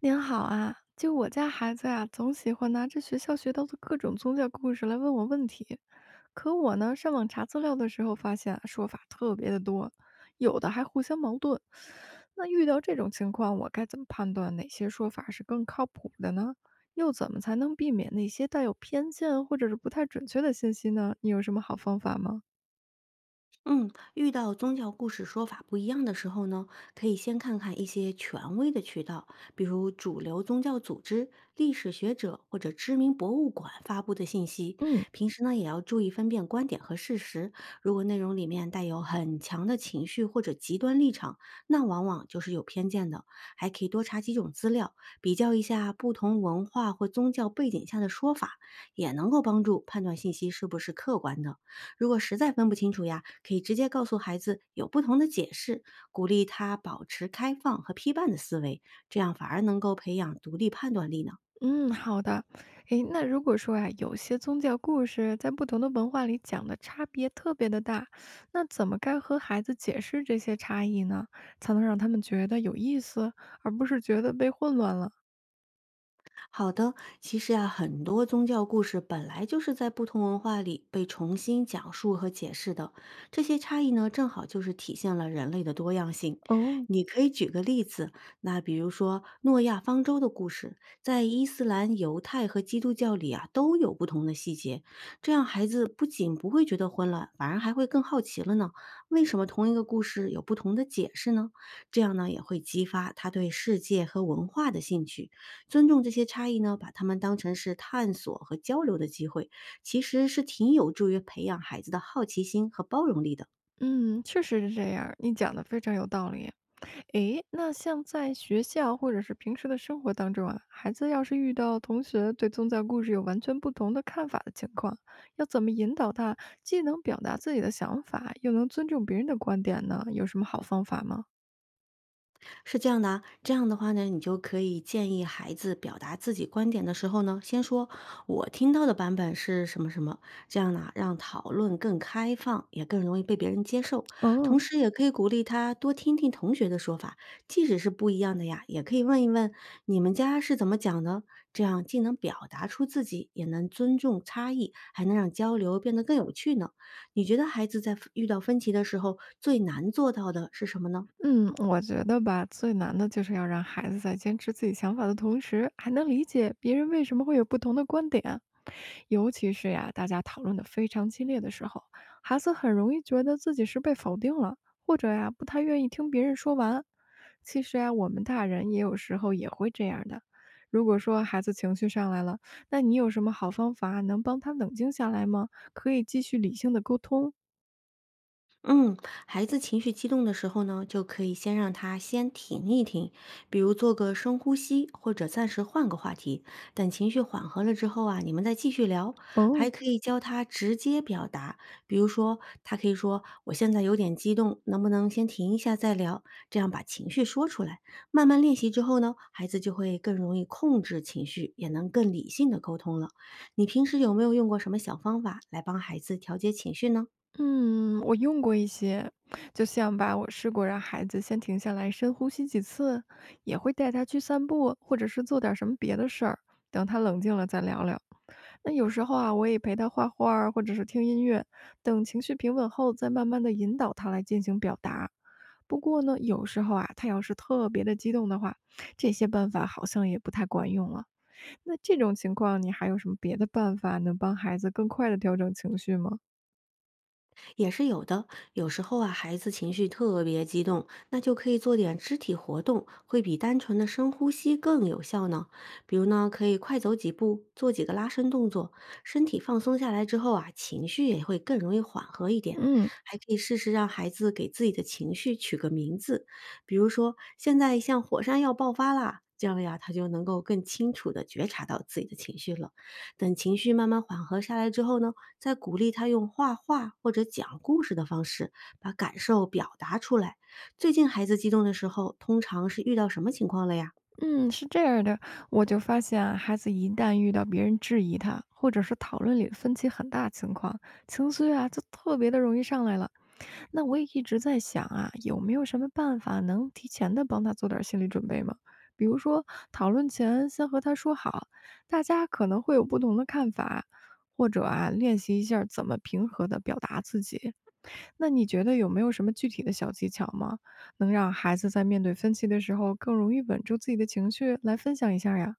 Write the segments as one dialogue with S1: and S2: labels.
S1: 您好啊，就我家孩子呀、总喜欢拿着学校学到的各种宗教故事来问我问题。可我呢，上网查资料的时候发现啊，说法特别的多，有的还互相矛盾。那遇到这种情况，我该怎么判断哪些说法是更靠谱的呢？又怎么才能避免那些带有偏见或者是不太准确的信息呢？你有什么好方法吗？
S2: 嗯，遇到宗教故事说法不一样的时候呢，可以先看看一些权威的渠道，比如主流宗教组织、历史学者或者知名博物馆发布的信息。
S1: 嗯。
S2: 平时呢，也要注意分辨观点和事实。如果内容里面带有很强的情绪或者极端立场，那往往就是有偏见的。还可以多查几种资料，比较一下不同文化或宗教背景下的说法，也能够帮助判断信息是不是客观的。如果实在分不清楚呀，可以直接告诉孩子有不同的解释，鼓励他保持开放和批判的思维，这样反而能够培养独立判断力呢。
S1: 嗯，好的。诶，那如果说啊，有些宗教故事在不同的文化里讲的差别特别的大，那怎么该和孩子解释这些差异呢？才能让他们觉得有意思，而不是觉得被混乱了？
S2: 好的，其实呀，很多宗教故事本来就是在不同文化里被重新讲述和解释的，这些差异呢，正好就是体现了人类的多样性。
S1: 哦。
S2: 你可以举个例子，那比如说诺亚方舟的故事，在伊斯兰、犹太和基督教里啊，都有不同的细节，这样孩子不仅不会觉得混乱，反而还会更好奇了呢。为什么同一个故事有不同的解释呢？这样呢，也会激发他对世界和文化的兴趣。尊重这些差异呢，把他们当成是探索和交流的机会，其实是挺有助于培养孩子的好奇心和包容力的。
S1: 嗯，确实是这样，你讲的非常有道理。诶，那像在学校或者是平时的生活当中啊，孩子要是遇到同学对宗教故事有完全不同的看法的情况，要怎么引导他既能表达自己的想法，又能尊重别人的观点呢？有什么好方法吗？
S2: 是这样的啊，这样的话呢，你就可以建议孩子表达自己观点的时候呢，先说“我听到的版本是什么什么”，这样呢，让讨论更开放，也更容易被别人接受。同时，也可以鼓励他多听听同学的说法，即使是不一样的呀，也可以问一问你们家是怎么讲的，这样既能表达出自己，也能尊重差异，还能让交流变得更有趣呢。你觉得孩子在遇到分歧的时候，最难做到的是什么呢？
S1: 嗯，我觉得吧，最难的就是要让孩子在坚持自己想法的同时，还能理解别人为什么会有不同的观点。尤其是呀，大家讨论的非常激烈的时候，孩子很容易觉得自己是被否定了，或者呀，不太愿意听别人说完。其实呀，我们大人也有时候也会这样的。如果说孩子情绪上来了，那你有什么好方法能帮他冷静下来吗？可以继续理性的沟通。
S2: 嗯，孩子情绪激动的时候呢，就可以先让他停一停，比如做个深呼吸，或者暂时换个话题。等情绪缓和了之后啊，你们再继续聊。还
S1: 哦。
S2: 可以教他直接表达，比如说他可以说：“我现在有点激动，能不能先停一下再聊？”这样把情绪说出来。慢慢练习之后呢，孩子就会更容易控制情绪，也能更理性的沟通了。你平时有没有用过什么小方法来帮孩子调节情绪呢？
S1: 嗯，我用过一些，就像吧，我试过让孩子先停下来深呼吸几次，也会带他去散步，或者是做点什么别的事儿，等他冷静了再聊聊。那有时候啊，我也陪他画画儿，或者是听音乐，等情绪平稳后，再慢慢的引导他来进行表达。不过呢，有时候啊，他要是特别的激动的话，这些办法好像也不太管用了。那这种情况，你还有什么别的办法能帮孩子更快的调整情绪吗？
S2: 也是有的。有时候啊，孩子情绪特别激动，那就可以做点肢体活动，会比单纯的深呼吸更有效呢。比如呢，可以快走几步，做几个拉伸动作，身体放松下来之后啊，情绪也会更容易缓和一点。
S1: 嗯。
S2: 还可以试试让孩子给自己的情绪取个名字，比如说现在像火山要爆发啦，这样呀，他就能够更清楚的觉察到自己的情绪了。等情绪慢慢缓和下来之后呢，再鼓励他用画画或者讲故事的方式把感受表达出来。最近孩子激动的时候，通常是遇到什么情况了呀？
S1: 嗯，是这样的，我就发现啊，孩子一旦遇到别人质疑他，或者是讨论里分歧很大情况，情绪啊就特别的容易上来了。那我也一直在想啊，有没有什么办法能提前的帮他做点心理准备吗？比如说讨论前先和他说好，大家可能会有不同的看法，或者啊练习一下儿怎么平和的表达自己。那你觉得有没有什么具体的小技巧吗？能让孩子在面对分歧的时候更容易稳住自己的情绪，来分享一下呀？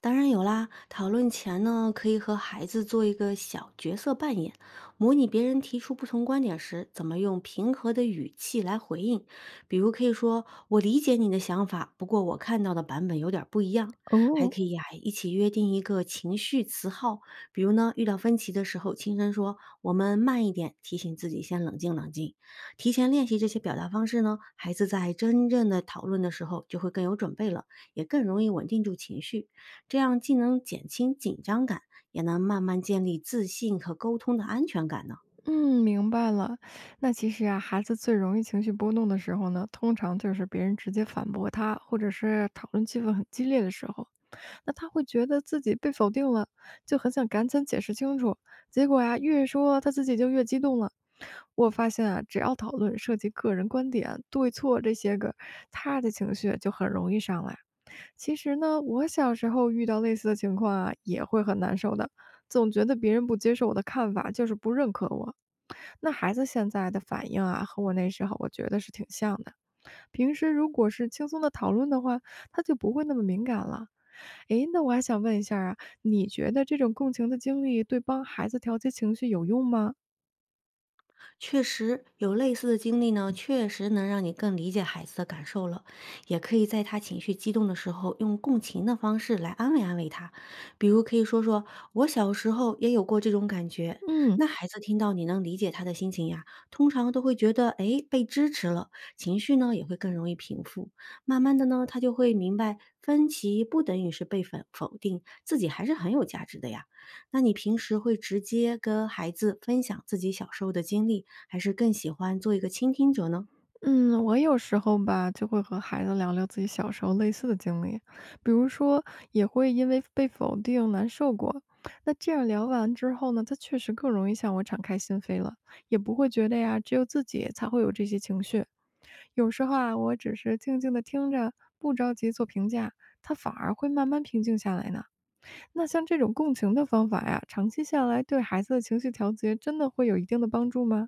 S2: 当然有啦，讨论前呢，可以和孩子做一个小角色扮演，模拟别人提出不同观点时，怎么用平和的语气来回应。比如可以说：“我理解你的想法，不过我看到的版本有点儿不一样。”还
S1: 哦。
S2: 可以呀、一起约定一个情绪词号，比如呢，遇到分歧的时候，轻声说：“我们慢一点”，提醒自己先冷静冷静。提前练习这些表达方式呢，孩子在真正的讨论的时候就会更有准备了，也更容易稳定住情绪。这样既能减轻紧张感，也能慢慢建立自信和沟通的安全感呢？
S1: 嗯，明白了。那其实啊，孩子最容易情绪波动的时候呢，通常就是别人直接反驳他，或者是讨论气氛很激烈的时候。那他会觉得自己被否定了，就很想赶紧解释清楚。结果呀，越说他自己就越激动了。我发现啊，只要讨论涉及个人观点、对错这些个，他的情绪就很容易上来。其实呢，我小时候遇到类似的情况啊，也会很难受的，总觉得别人不接受我的看法，就是不认可我。那孩子现在的反应啊，和我那时候我觉得是挺像的。平时如果是轻松的讨论的话，他就不会那么敏感了。诶，那我还想问一下啊，你觉得这种共情的经历对帮孩子调节情绪有用吗？
S2: 确实，有类似的经历呢，确实能让你更理解孩子的感受了，也可以在他情绪激动的时候，用共情的方式来安慰安慰他。比如可以说说“我小时候也有过这种感觉”，
S1: 嗯
S2: 那孩子听到你能理解他的心情呀，通常都会觉得诶被支持了，情绪呢也会更容易平复。慢慢的呢，他就会明白分歧不等于是被否定，自己还是很有价值的呀。那你平时会直接跟孩子分享自己小时候的经历，还是更喜欢做一个倾听者呢？
S1: 嗯，我有时候吧，就会和孩子聊聊自己小时候类似的经历，比如说也会因为被否定难受过。那这样聊完之后呢，他确实更容易向我敞开心扉了，也不会觉得呀，只有自己才会有这些情绪。有时候啊，我只是静静的听着，不着急做评价，他反而会慢慢平静下来呢。那像这种共情的方法呀，长期下来对孩子的情绪调节真的会有一定的帮助吗？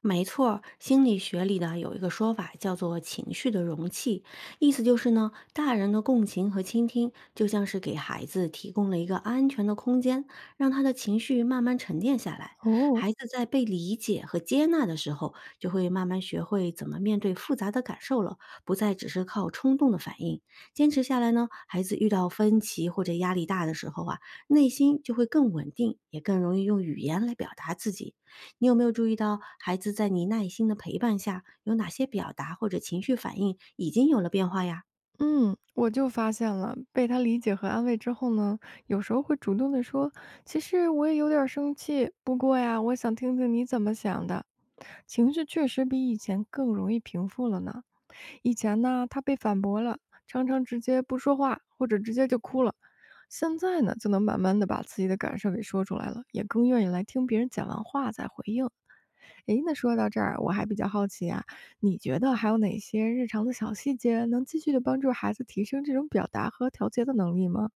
S2: 没错儿心理学里呢有一个说法叫做“情绪的容器”，意思就是呢，大人的共情和倾听就像是给孩子提供了一个安全的空间，让他的情绪慢慢沉淀下来。
S1: 哦。
S2: 孩子在被理解和接纳的时候，就会慢慢学会怎么面对复杂的感受了，不再只是靠冲动的反应。坚持下来呢，孩子遇到分歧或者压力大的时候啊，内心就会更稳定，也更容易用语言来表达自己。你有没有注意到，孩子在你耐心的陪伴下，有哪些表达或者情绪反应已经有了变化呀？
S1: 嗯，我就发现了，被他理解和安慰之后呢，有时候会主动的说，其实我也有点儿生气，不过呀，我想听听你怎么想的。情绪确实比以前更容易平复了呢。以前呢，他被反驳了，常常直接不说话，或者直接就哭了。现在呢，就能慢慢的把自己的感受给说出来了，也更愿意来听别人讲完话再回应。诶，那说到这儿，我还比较好奇啊，你觉得还有哪些日常的小细节能继续的帮助孩子提升这种表达和调节的能力吗？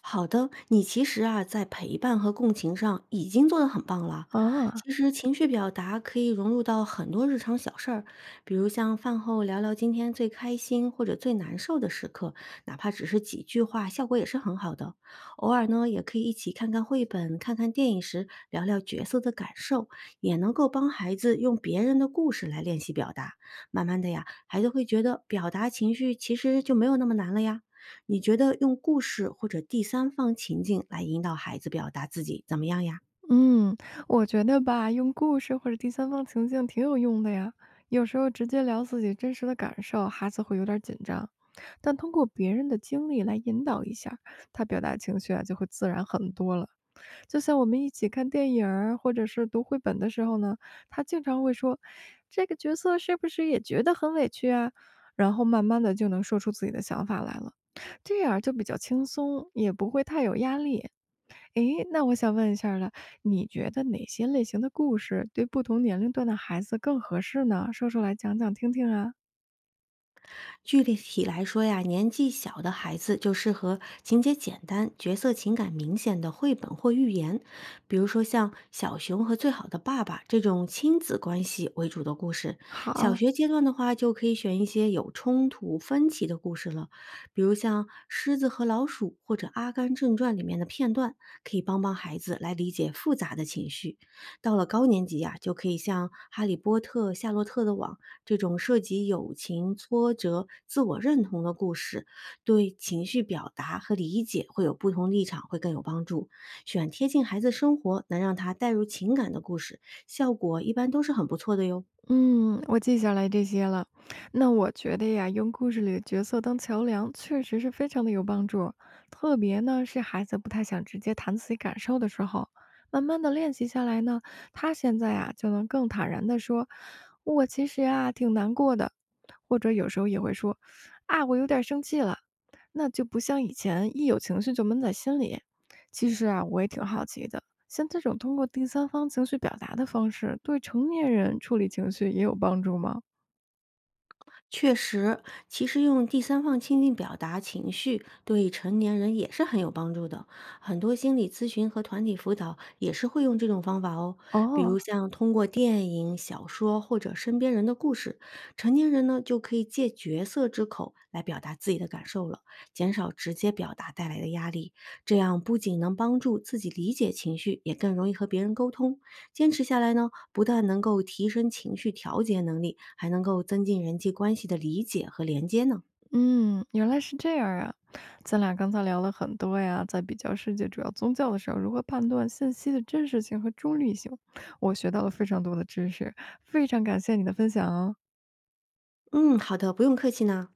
S2: 好的，你其实啊，在陪伴和共情上已经做得很棒了。
S1: 啊。
S2: 其实情绪表达可以融入到很多日常小事儿，比如像饭后聊聊今天最开心或者最难受的时刻，哪怕只是几句话，效果也是很好的。偶尔呢，也可以一起看看绘本、看看电影时聊聊角色的感受，也能够帮孩子用别人的故事来练习表达。慢慢的呀，孩子会觉得表达情绪其实就没有那么难了呀。你觉得用故事或者第三方情境来引导孩子表达自己怎么样呀？
S1: 嗯，我觉得吧，用故事或者第三方情境挺有用的呀。有时候直接聊自己真实的感受，孩子会有点紧张，但通过别人的经历来引导一下，他表达情绪啊就会自然很多了。就像我们一起看电影儿或者是读绘本的时候呢，他经常会说：“这个角色是不是也觉得很委屈啊？”然后慢慢的就能说出自己的想法来了，这样就比较轻松，也不会太有压力。诶，那我想问一下了，你觉得哪些类型的故事对不同年龄段的孩子更合适呢？说出来讲讲听听啊。
S2: 具体来说呀，年纪小的孩子就适合情节简单、角色情感明显的绘本或寓言，比如说像《小熊和最好的爸爸》这种亲子关系为主的故事。
S1: 好。
S2: 小学阶段的话，就可以选一些有冲突、分歧的故事了，比如像《狮子和老鼠》或者《阿甘正传》里面的片段，可以帮孩子来理解复杂的情绪。到了高年级呀、就可以像《哈利波特》《夏洛特的网》这种涉及友情、挫折、自我认同的故事，对情绪表达和理解会有不同立场，会更有帮助。选贴近孩子生活、能让他带入情感的故事，效果一般都是很不错的哟。
S1: 嗯，我记下来这些了。那我觉得呀，用故事里的角色当桥梁，确实是非常的有帮助。特别呢，是孩子不太想直接谈自己感受的时候，慢慢的练习下来呢，他现在啊就能更坦然的说，我其实啊挺难过的，或者有时候也会说，啊我有点生气了，那就不像以前一有情绪就闷在心里。其实啊，我也挺好奇的，像这种通过第三方情绪表达的方式，对成年人处理情绪也有帮助吗？
S2: 确实，其实用第三方倾听表达情绪，对成年人也是很有帮助的。很多心理咨询和团体辅导也是会用这种方法哦，比
S1: 哦。
S2: 如像通过电影、小说或者身边人的故事，成年人呢就可以借角色之口来表达自己的感受了，减少直接表达带来的压力。这样不仅能帮助自己理解情绪，也更容易和别人沟通。坚持下来呢，不但能够提升情绪调节能力，还能够增进人际关系的理解和连接呢。
S1: 嗯，原来是这样啊。咱俩刚才聊了很多呀，在比较世界主要宗教的时候，如何判断信息的真实性和中立性，我学到了非常多的知识，非常感谢你的分享哦。
S2: 嗯，好的，不用客气呢。